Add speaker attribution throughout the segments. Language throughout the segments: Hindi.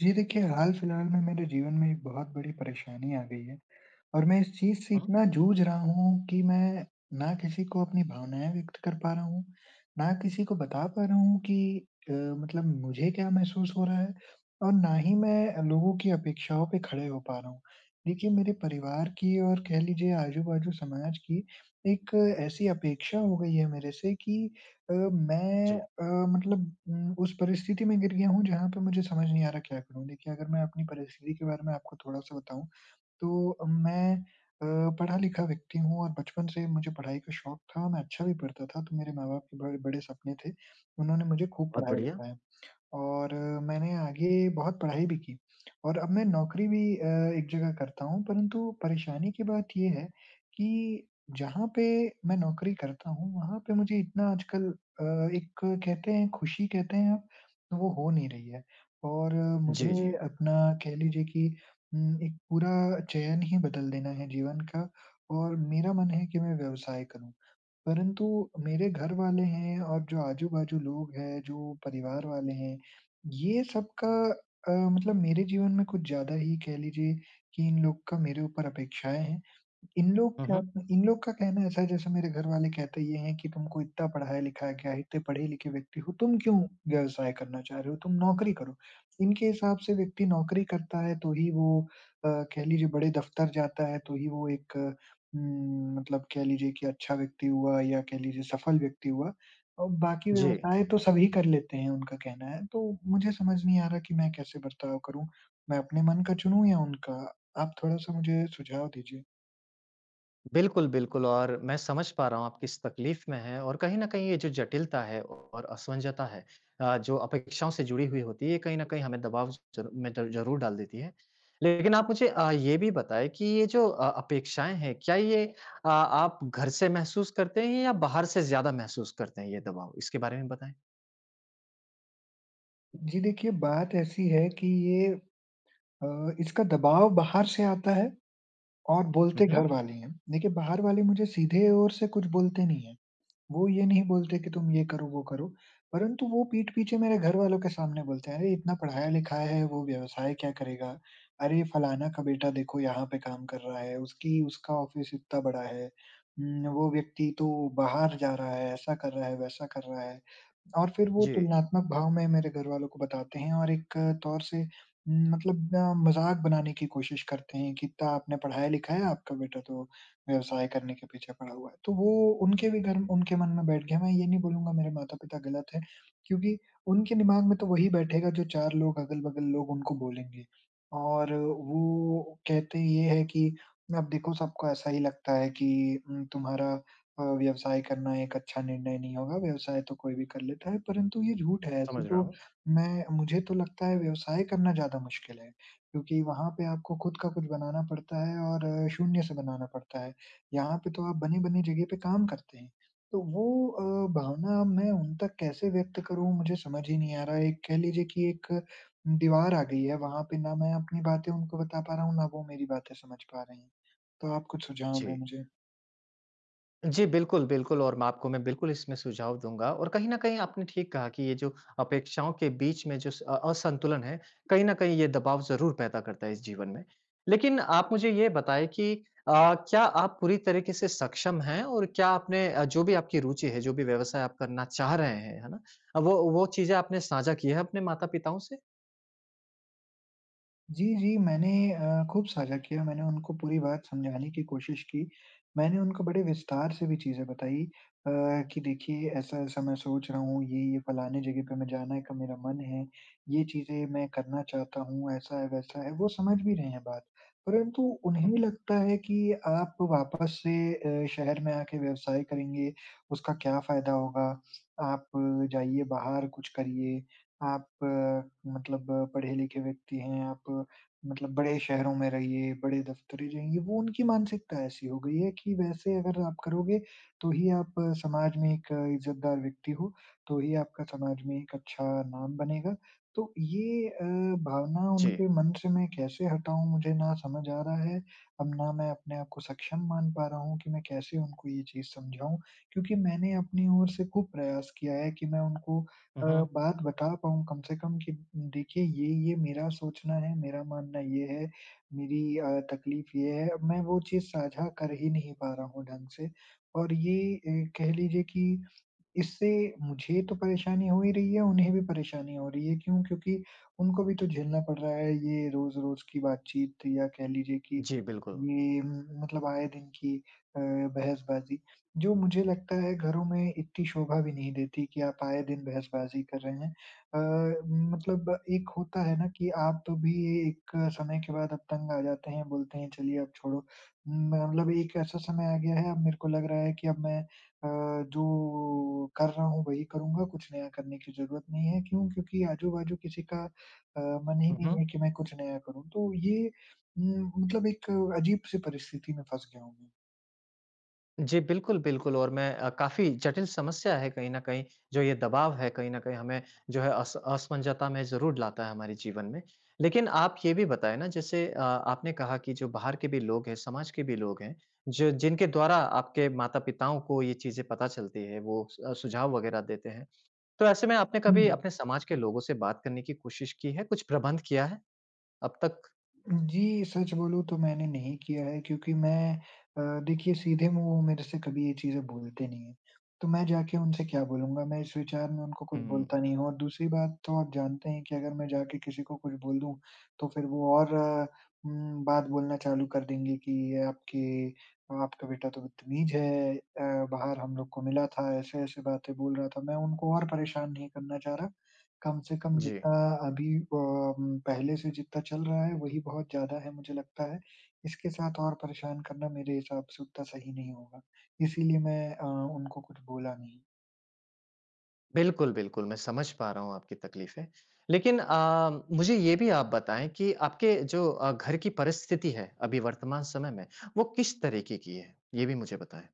Speaker 1: जी देखिए, हाल फिलहाल में मेरे जीवन में एक बहुत बड़ी परेशानी आ गई है। और मैं इस चीज़ से
Speaker 2: हुँ।
Speaker 1: इतना जूझ रहा हूँ कि मैं ना किसी को अपनी भावनाएँ व्यक्त कर पा रहा हूँ, ना किसी को बता पा रहा हूँ कि मतलब मुझे क्या महसूस हो रहा है और ना ही मैं लोगों की अपेक्षाओं पे खड़े हो पा रहा हूँ। देखिए, मेरे परिवार की और कह लीजिए आजू-बाजू समाज की एक ऐसी अपेक्षा हो गई है मेरे से कि अ, मैं
Speaker 2: जी,
Speaker 1: अ, मतलब उम, उस परिस्थिति में गिर गया हूँ जहाँ पे मुझे समझ नहीं आ रहा क्या करूँ? देखिए, अगर मैं अपनी परिस्थिति के बारे में आपको थोड़ा-सा बताऊँ तो मैं अ, पढ़ा-लिखा व्यक्ति हूँ और बचपन से मुझे पढ़ाई का शौक था, मैं अच्छा भी पढ़ता था, तो मेरे माँ-बाप के बड़े बड़े सपने थे। उन्होंने मुझे खूब
Speaker 2: बहुत बढ़िया।
Speaker 1: पढ़ाया-लिखाया। और मैंने आगे बहुत पढ़ाई भी की और अब मैं नौकरी भी एक जगह करता हूँ, परंतु परेशानी की बात ये है कि जहाँ पे मैं नौकरी करता हूँ, वहाँ पे मुझे इतना आजकल एक कहते हैं खुशी कहते हैं आप, तो वो हो नहीं रही है और
Speaker 2: जी,
Speaker 1: मुझे
Speaker 2: जी।
Speaker 1: अपना कह लीजिए कि एक पूरा चयन ही बदल देना है जीवन का और मेरा मन है कि मैं व्यवसाय करूँ। परंतु मेरे घर वाले हैं और जो आजू-बाजू लोग हैं, जो परिवार वाले हैं, ये सबका मतलब मेरे जीवन में कुछ ज़्यादा ही कह लीजिए कि इन लोग का मेरे ऊपर अपेक्षाएँ हैं इन लोग
Speaker 2: हुँ,
Speaker 1: क्या
Speaker 2: हुँ।
Speaker 1: इन लोग का कहना ऐसा है जैसे मेरे घरवाले कहते ये हैं कि तुमको इतना पढ़ाया-लिखाया गया है, इतने पढ़े-लिखे व्यक्ति हो, तुम क्यों व्यवसाय करना चाह रहे हो? तुम नौकरी करो। इनके हिसाब से व्यक्ति नौकरी करता है तो ही वो अ, कह लीजिए बड़े दफ्तर जाता है तो ही वो एक मतलब कह लीजिए कि अच्छा व्यक्ति हुआ या कह लीजिए सफल व्यक्ति हुआ और बाकी
Speaker 2: जी,
Speaker 1: व्यवसाय तो सभी कर लेते हैं उनका कहना है। तो मुझे समझ नहीं आ रहा कि मैं कैसे बर्ताव करूँ? मैं अपने मन का चुनूँ या उनका? आप थोड़ा-सा मुझे सुझाव दीजिए।
Speaker 2: बिल्कुल, बिल्कुल और मैं समझ पा रहा हूँ आप किस तकलीफ़ में हैं और कहीं न कहीं ये जो जटिलता है और असमंजसता है जो अपेक्षाओं से जुड़ी हुई होती है, ये कहीं न कहीं हमें दबाव ज़रू में द ज़रूर डाल देती है। लेकिन आप मुझे ये भी बताएँ कि ये जो अपेक्षाएँ हैं, क्या ये आप घर से महसूस करते हैं या बाहर से ज़्यादा महसूस करते हैं ये दबाव? इसके बारे में बताएँ?
Speaker 1: जी देखिए, बात ऐसी है कि ये अ, इसका दबाव बाहर से आता है और
Speaker 2: हुँ,
Speaker 1: बोलते
Speaker 2: हुँ।
Speaker 1: घर वाले हैं। देखिए, बाहर वाले मुझे सीधे ओर से कुछ बोलते नहीं हैं। वो ये नहीं बोलते कि तुम ये करो, वो करो, परंतु वो पीठ पीछे मेरे घर वालों के सामने बोलते हैं, "अरे! इतना पढ़ाया-लिखा है, वो व्यवसाय क्या करेगा? अरे! फलाना का बेटा देखो यहाँ पे काम कर रहा है, उसकी उसका ऑफ़िस इतना बड़ा है। वो व्यक्ति तो बाहर जा रहा है, ऐसा कर रहा है, वैसा कर रहा है।" और फिर वो
Speaker 2: जी,
Speaker 1: तुलनात्मक भाव में मेरे घरवालों को बताते हैं और एक तौर से न, मतलब अ, मज़ाक बनाने की कोशिश करते हैं कि इतना आपने पढ़ाया-लिखा है, आपका बेटा तो व्यवसाय करने के पीछे पड़ा हुआ है। तो वो उनके भी घर उनके मन में बैठ गया, मैं ये नहीं बोलूँगा मेरे माता-पिता गलत हैं, क्योंकि उनके दिमाग में तो वही बैठेगा जो 4 लोग अगल-बगल लोग उनको बोलेंगे। और वो कहते ये है कि अब देखो सबको ऐसा ही लगता है कि उम, तुम्हारा व्यवसाय करना एक अच्छा निर्णय नहीं होगा, व्यवसाय तो कोई भी कर लेता है, परंतु ये झूठ है, ऐसे
Speaker 2: समझ रहा
Speaker 1: तो
Speaker 2: हूँ।
Speaker 1: मैं मुझे तो लगता है व्यवसाय करना ज़्यादा मुश्किल है, क्योंकि वहाँ पे आपको खुद का कुछ बनाना पड़ता है और शून्य से बनाना पड़ता है। यहाँ पे तो आप बनी-बनी जगह पे काम करते हैं, तो वो भावना मैं उन तक कैसे व्यक्त करूँ, मुझे समझ ही नहीं आ रहा है। एक कह लीजिए कि एक दीवार आ गई है, वहाँ पे ना मैं अपनी बातें उनको बता पा रहा हूँ, ना वो मेरी बातें समझ पा रहे हैं। तो आप कुछ सुझाव दें
Speaker 2: जी।
Speaker 1: मुझे।
Speaker 2: जी, बिल्कुल, बिल्कुल और मैं आपको मैं बिल्कुल इसमें सुझाव दूँगा और कहीं न कहीं आपने ठीक कहा कि ये जो अपेक्षाओं के बीच में जो असंतुलन है, कहीं न कहीं ये दबाव ज़रूर पैदा करता है इस जीवन में। लेकिन आप मुझे ये बताएँ कि अ, क्या आप पूरी तरीके से सक्षम हैं और क्या आपने जो भी आपकी रुचि है, जो भी व्यवसाय आप करना चाह रहे हैं, है ना? वो चीज़ें आपने साझा की है अपने माता-पिताओं से?
Speaker 1: जी, जी, मैंने खूब साझा किया, मैंने उनको पूरी बात समझाने की कोशिश की। मैंने उनको बड़े विस्तार से भी चीज़ें बताई अ, कि देखिए ऐसा-ऐसा मैं सोच रहा हूँ, ये-ये फलाने जगह पे मैं जाने का मेरा मन है, ये चीज़ें मैं करना चाहता हूँ, ऐसा है, वैसा है। वो समझ भी रहे हैं बात, परंतु
Speaker 2: हुँ,
Speaker 1: उन्हें लगता है कि आप वापस से शहर में आके व्यवसाय करेंगे, उसका क्या फ़ायदा होगा? आप जाइए बाहर कुछ करिए। आप मतलब पढ़े-लिखे व्यक्ति हैं, आप मतलब बड़े शहरों में रहिए, बड़े दफ़्तरे जाइए, वो उनकी मानसिकता ऐसी हो गई है कि वैसे अगर आप करोगे, तो ही आप समाज में एक इज़्ज़तदार व्यक्ति हो, तो ही आपका समाज में एक अच्छा नाम बनेगा। तो ये भावना
Speaker 2: जी।
Speaker 1: उनके मन से मैं कैसे हटाऊँ, मुझे ना समझ आ रहा है, अब ना मैं अपने आप को सक्षम मान पा रहा हूँ कि मैं कैसे उनको ये चीज़ समझाऊँ, क्योंकि मैंने अपनी ओर से खूब प्रयास किया है कि मैं उनको
Speaker 2: हुँ,
Speaker 1: अ,
Speaker 2: हुँ।
Speaker 1: बात बता पाऊँ कम से कम कि देखिए ये मेरा सोचना है, मेरा मानना ये है, मेरी तकलीफ ये है। मैं वो चीज़ साझा कर ही नहीं पा रहा हूँ ढंग से और ये कह लीजिए कि इससे मुझे तो परेशानी हो ही रही है, उन्हें भी परेशानी हो रही है। क्यों? क्योंकि उनको भी तो झेलना पड़ रहा है ये रोज़-रोज़ की बातचीत या कह लीजिए कि
Speaker 2: जी, बिल्कुल।
Speaker 1: ये मतलब आए दिन की बहसबाज़ी, जो मुझे लगता है घरों में इतनी शोभा भी नहीं देती कि आप आए दिन बहसबाज़ी कर रहे हैं। अ, मतलब एक होता है ना कि आप तो भी एक समय के बाद अब तंग आ जाते हैं, बोलते हैं चलिए अब छोड़ो। मतलब एक ऐसा समय आ गया है अब मेरे को लग रहा है कि अब मैं अ, जो कर रहा हूँ वही करूँगा, कुछ नया करने की ज़रूरत नहीं है। क्यों? क्योंकि आजू-बाजू किसी का मन ही
Speaker 2: हुँ,
Speaker 1: नहीं
Speaker 2: हुँ।
Speaker 1: है कि मैं कुछ नया करूँ। तो ये मतलब एक अजीब-सी परिस्थिति में फँस गया हूँ मैं।
Speaker 2: जी, बिल्कुल, बिल्कुल और मैं काफ़ी जटिल समस्या है कहीं न कहीं, जो ये दबाव है कहीं न कहीं हमें जो है अस असमंजता में ज़रूर लाता है हमारे जीवन में। लेकिन आप ये भी बताएँ ना जैसे आपने कहा कि जो बाहर के भी लोग हैं, समाज के भी लोग हैं, जो जिनके द्वारा आपके माता-पिताओं को ये चीज़ें पता चलती है, वो सुझाव वगैरह देते हैं। तो ऐसे में आपने कभी
Speaker 1: हुँ।
Speaker 2: अपने समाज के लोगों से बात करने की कोशिश की है? कुछ प्रबंध किया है अब तक?
Speaker 1: जी, सच बोलूँ तो मैंने नहीं किया है क्योंकि मैं देखिए सीधे मुँह वो मेरे से कभी ये चीज़ें बोलते नहीं हैं। तो मैं जाके उनसे क्या बोलूँगा? मैं इस विचार में उनको कुछ
Speaker 2: हुँ,
Speaker 1: बोलता नहीं हूँ और दूसरी बात तो आप जानते हैं कि अगर मैं जाके किसी को कुछ बोल दूँ, तो फिर वो और बात बोलना चालू कर देंगे कि ये आपके आपका बेटा तो बदतमीज़ है बाहर हम लोग को मिला था, ऐसे-ऐसे बातें बोल रहा था। मैं उनको और परेशान नहीं करना चाह रहा। कम से कम
Speaker 2: जी।
Speaker 1: जितना अभी पहले से जितना चल रहा है वही बहुत ज़्यादा है मुझे लगता है। इसके साथ और परेशान करना मेरे हिसाब से उतना सही नहीं होगा। इसीलिए मैं उनको कुछ बोला नहीं।
Speaker 2: बिल्कुल, बिल्कुल, मैं समझ पा रहा हूँ आपकी तकलीफ़ें। लेकिन मुझे ये भी आप बताएँ कि आपके जो घर की परिस्थिति है, अभी वर्तमान समय में, वो किस तरीके की है? ये भी मुझे बताएँ।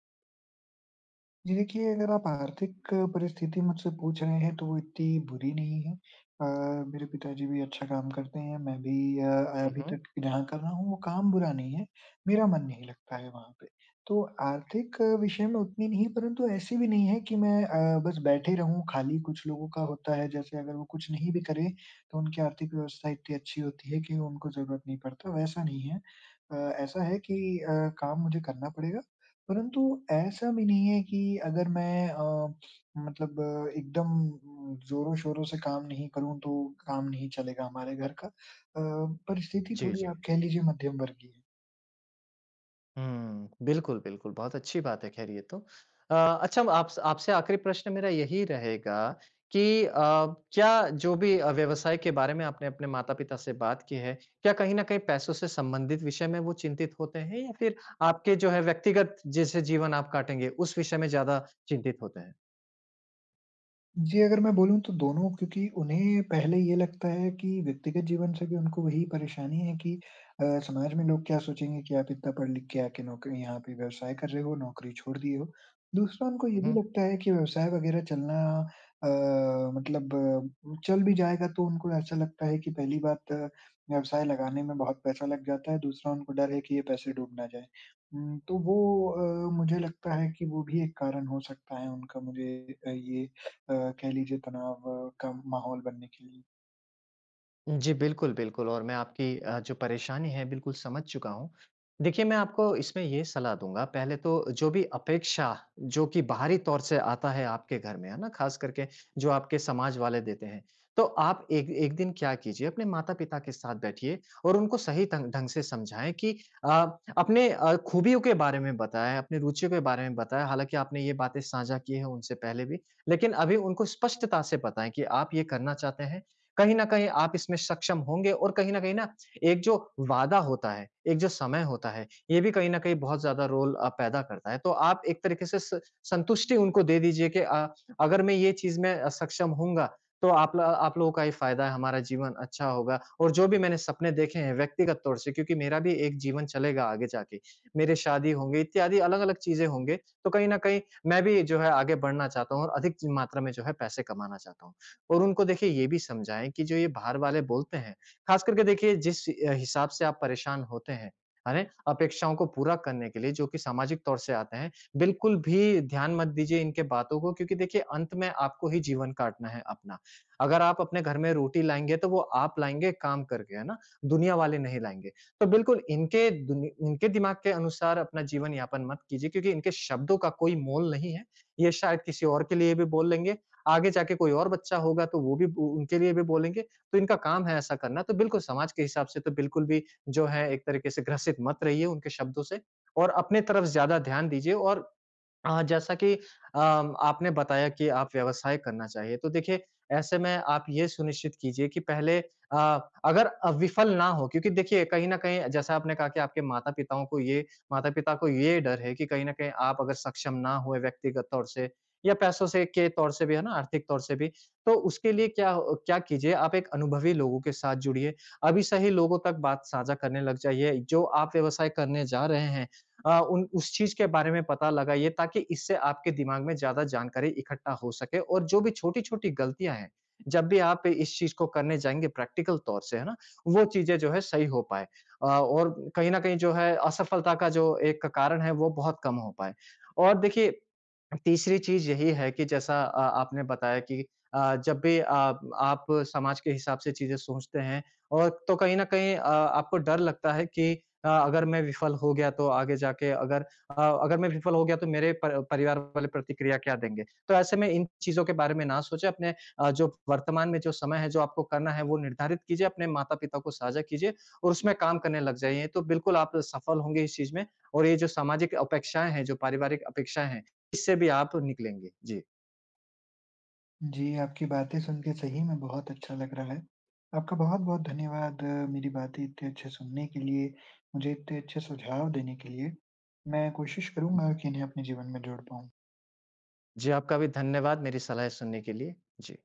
Speaker 1: जी देखिए, अगर आप आर्थिक परिस्थिति मुझसे पूछ रहे हैं, तो वो इतनी बुरी नहीं है। अ, मेरे पिताजी भी अच्छा काम करते हैं, मैं भी अ,
Speaker 2: हुँ,
Speaker 1: अभी
Speaker 2: हुँ।
Speaker 1: तक जहाँ कर रहा हूँ, वो काम बुरा नहीं है, मेरा मन नहीं लगता है वहाँ पे। तो आर्थिक विषय में उतनी नहीं, परंतु ऐसी भी नहीं है कि मैं बस बैठे रहूँ खाली। कुछ लोगों का होता है, जैसे अगर वो कुछ नहीं भी करें, तो उनकी आर्थिक व्यवस्था इतनी अच्छी होती है कि उनको ज़रूरत नहीं पड़ता, वैसा नहीं है। अ, ऐसा है कि अ, काम मुझे करना पड़ेगा। परंतु ऐसा भी नहीं है कि अगर मैं एकदम ज़ोरों-शोरों से काम नहीं करूँ, तो काम नहीं चलेगा हमारे घर का। परिस्थिति
Speaker 2: जी,
Speaker 1: थोड़ी
Speaker 2: जी।
Speaker 1: आप कह लीजिए मध्यम वर्गीय है।
Speaker 2: हुँ, बिल्कुल, बिल्कुल, बहुत अच्छी बात है ख़ैर ये तो। अ, अच्छा आप आपसे आख़िरी प्रश्न मेरा यही रहेगा कि क्या जो भी व्यवसाय के बारे में आपने अपने माता-पिता से बात की है, क्या कहीं न कहीं पैसों से संबंधित विषय में वो चिंतित होते हैं या फिर आपके जो है व्यक्तिगत जैसे जीवन आप काटेंगे, उस विषय में ज़्यादा चिंतित होते
Speaker 1: जी, अगर मैं बोलूँ तो दोनों क्योंकि उन्हें पहले ये लगता है कि व्यक्तिगत जीवन से भी उनको वही परेशानी है कि समाज में लोग क्या सोचेंगे कि आप इतना पढ़ लिख के आके नौकरी यहाँ पे व्यवसाय कर रहे हो, नौकरी छोड़ दिए हो। दूसरा उनको ये भी
Speaker 2: हैं?
Speaker 1: लगता है कि व्यवसाय वगैरह चलना अ, मतलब चल भी जाएगा तो उनको ऐसा लगता है कि पहली बात व्यवसाय लगाने में बहुत पैसा लग जाता है, दूसरा उनको डर है कि ये पैसे डूब ना जाएँ। तो वो मुझे लगता है कि वो भी एक कारण हो सकता है उनका मुझे अ, ये अ, कह लीजिए तनाव का माहौल बनने के लिए।
Speaker 2: जी, बिल्कुल, बिल्कुल और मैं आपकी जो परेशानी है बिल्कुल समझ चुका हूँ। देखिए, मैं आपको इसमें ये सलाह दूँगा, पहले तो जो भी अपेक्षा जो कि बाहरी तौर से आता है आपके घर में, है ना? ख़ास करके जो आपके समाज वाले देते हैं, तो आप एक एक दिन क्या कीजिए, अपने माता-पिता के साथ बैठिए और उनको सही ढंग ढंग से समझाएँ कि अ, अपने खूबियों के बारे में बताएँ, अपनी रुचियों के बारे में बताएँ। हालाँकि आपने ये बातें साझा की हैं उनसे पहले भी, लेकिन अभी उनको स्पष्टता से बताएँ कि आप ये करना चाहते हैं कहीं न कहीं आप इसमें सक्षम होंगे और कहीं न कहीं ना एक जो वादा होता है, एक जो समय होता है, ये भी कहीं न कहीं बहुत ज़्यादा रोल पैदा करता है। तो आप एक तरीके से स संतुष्टि उनको दे दीजिए कि अगर मैं ये चीज़ में सक्षम होऊँगा तो आप लोगों का ही फ़ायदा है, हमारा जीवन अच्छा होगा और जो भी मैंने सपने देखे हैं व्यक्तिगत तौर से क्योंकि मेरा भी एक जीवन चलेगा आगे जाके, मेरे शादी होंगे इत्यादि अलग-अलग चीज़ें होंगे, तो कहीं न कहीं मैं भी जो है आगे बढ़ना चाहता हूँ और अधिक च मात्रा में जो है पैसे कमाना चाहता हूँ। और उनको देखिए ये भी समझाएँ कि जो ये बाहर वाले बोलते हैं, ख़ास करके देखिए जिस हिसाब से आप परेशान होते हैं, है ना? अपेक्षाओं को पूरा करने के लिए जो कि सामाजिक तौर से आते हैं, बिल्कुल भी ध्यान मत दीजिए इनके बातों को क्योंकि देखिए अंत में आपको ही जीवन काटना है अपना। अगर आप अपने घर में रोटी लाएँगे तो वो आप लाएँगे काम करके, है ना? दुनिया वाले नहीं लाएँगे। तो बिल्कुल इनके दिमाग के अनुसार अपना जीवन यापन मत कीजिए क्योंकि इनके शब्दों का कोई मोल नहीं है। ये शायद किसी और के लिए भी बोल लेंगे आगे जाके कोई और बच्चा होगा तो वो भी उ उनके लिए भी बोलेंगे, तो इनका काम है ऐसा करना। तो बिल्कुल समाज के हिसाब से तो बिल्कुल भी जो है एक तरीके से ग्रसित मत रहिए उनके शब्दों से और अपने तरफ ज़्यादा ध्यान दीजिए और जैसा कि आपने बताया कि आप व्यवसाय करना चाहिए, तो देखिए ऐसे में आप ये सुनिश्चित कीजिए कि पहले अगर विफल ना हो क्योंकि देखिए कहीं न कहीं जैसा आपने कहा कि आपके माता-पिताओं को ये माता-पिता को ये डर है कि कहीं न कहीं आप अगर सक्षम ना हुए व्यक्तिगत तौर से या पैसों से के तौर से भी, है ना? आर्थिक तौर से भी, तो उसके लिए क्या कीजिए आप एक अनुभवी लोगों के साथ जुड़िए। अभी से ही लोगों तक बात साझा करने लग जाइए, जो आप व्यवसाय करने जा रहे हैं, उन उस चीज़ के बारे में पता लगाइए ताकि इससे आपके दिमाग में ज़्यादा जानकारी इकट्ठा हो सके और जो भी छोटी-छोटी गलतियाँ हैं, जब भी आप इस चीज़ को करने जाएँगे प्रैक्टिकल तौर से, है ना? वो चीज़ें जो है सही हो पाएँ और कहीं न कहीं जो है असफलता का जो एक कारण है वो बहुत कम हो पाए। और देखिए, तीसरी चीज़ यही है कि जैसा आपने बताया कि जब भी आप समाज के हिसाब से चीज़ें सोचते हैं और तो कहीं न कहीं आपको डर लगता है कि अगर मैं विफल हो गया तो आगे जाके अगर अ, अगर मैं विफल हो गया तो मेरे पर परिवार वाले प्रतिक्रिया क्या देंगे? तो ऐसे में इन चीज़ों के बारे में ना सोचें अपने जो वर्तमान में जो समय है, जो आपको करना है वो निर्धारित कीजिए, अपने माता-पिता को साझा कीजिए और उसमें काम करने लग जाइए, तो बिल्कुल आप सफल होंगे इस चीज़ में और ये जो सामाजिक अपेक्षाएँ हैं, जो पारिवारिक अपेक्षाएँ हैं, इससे भी आप निकलेंगे। जी।
Speaker 1: जी, आपकी बातें सुन के सही में बहुत अच्छा लग रहा है। आपका बहुत-बहुत धन्यवाद मेरी बातें इतने अच्छे सुनने के लिए, मुझे इतने अच्छे सुझाव देने के लिए। मैं कोशिश करूँगा कि इन्हें अपने जीवन में जोड़ पाऊँ।
Speaker 2: जी, आपका भी धन्यवाद मेरी सलाह सुनने के लिए। जी।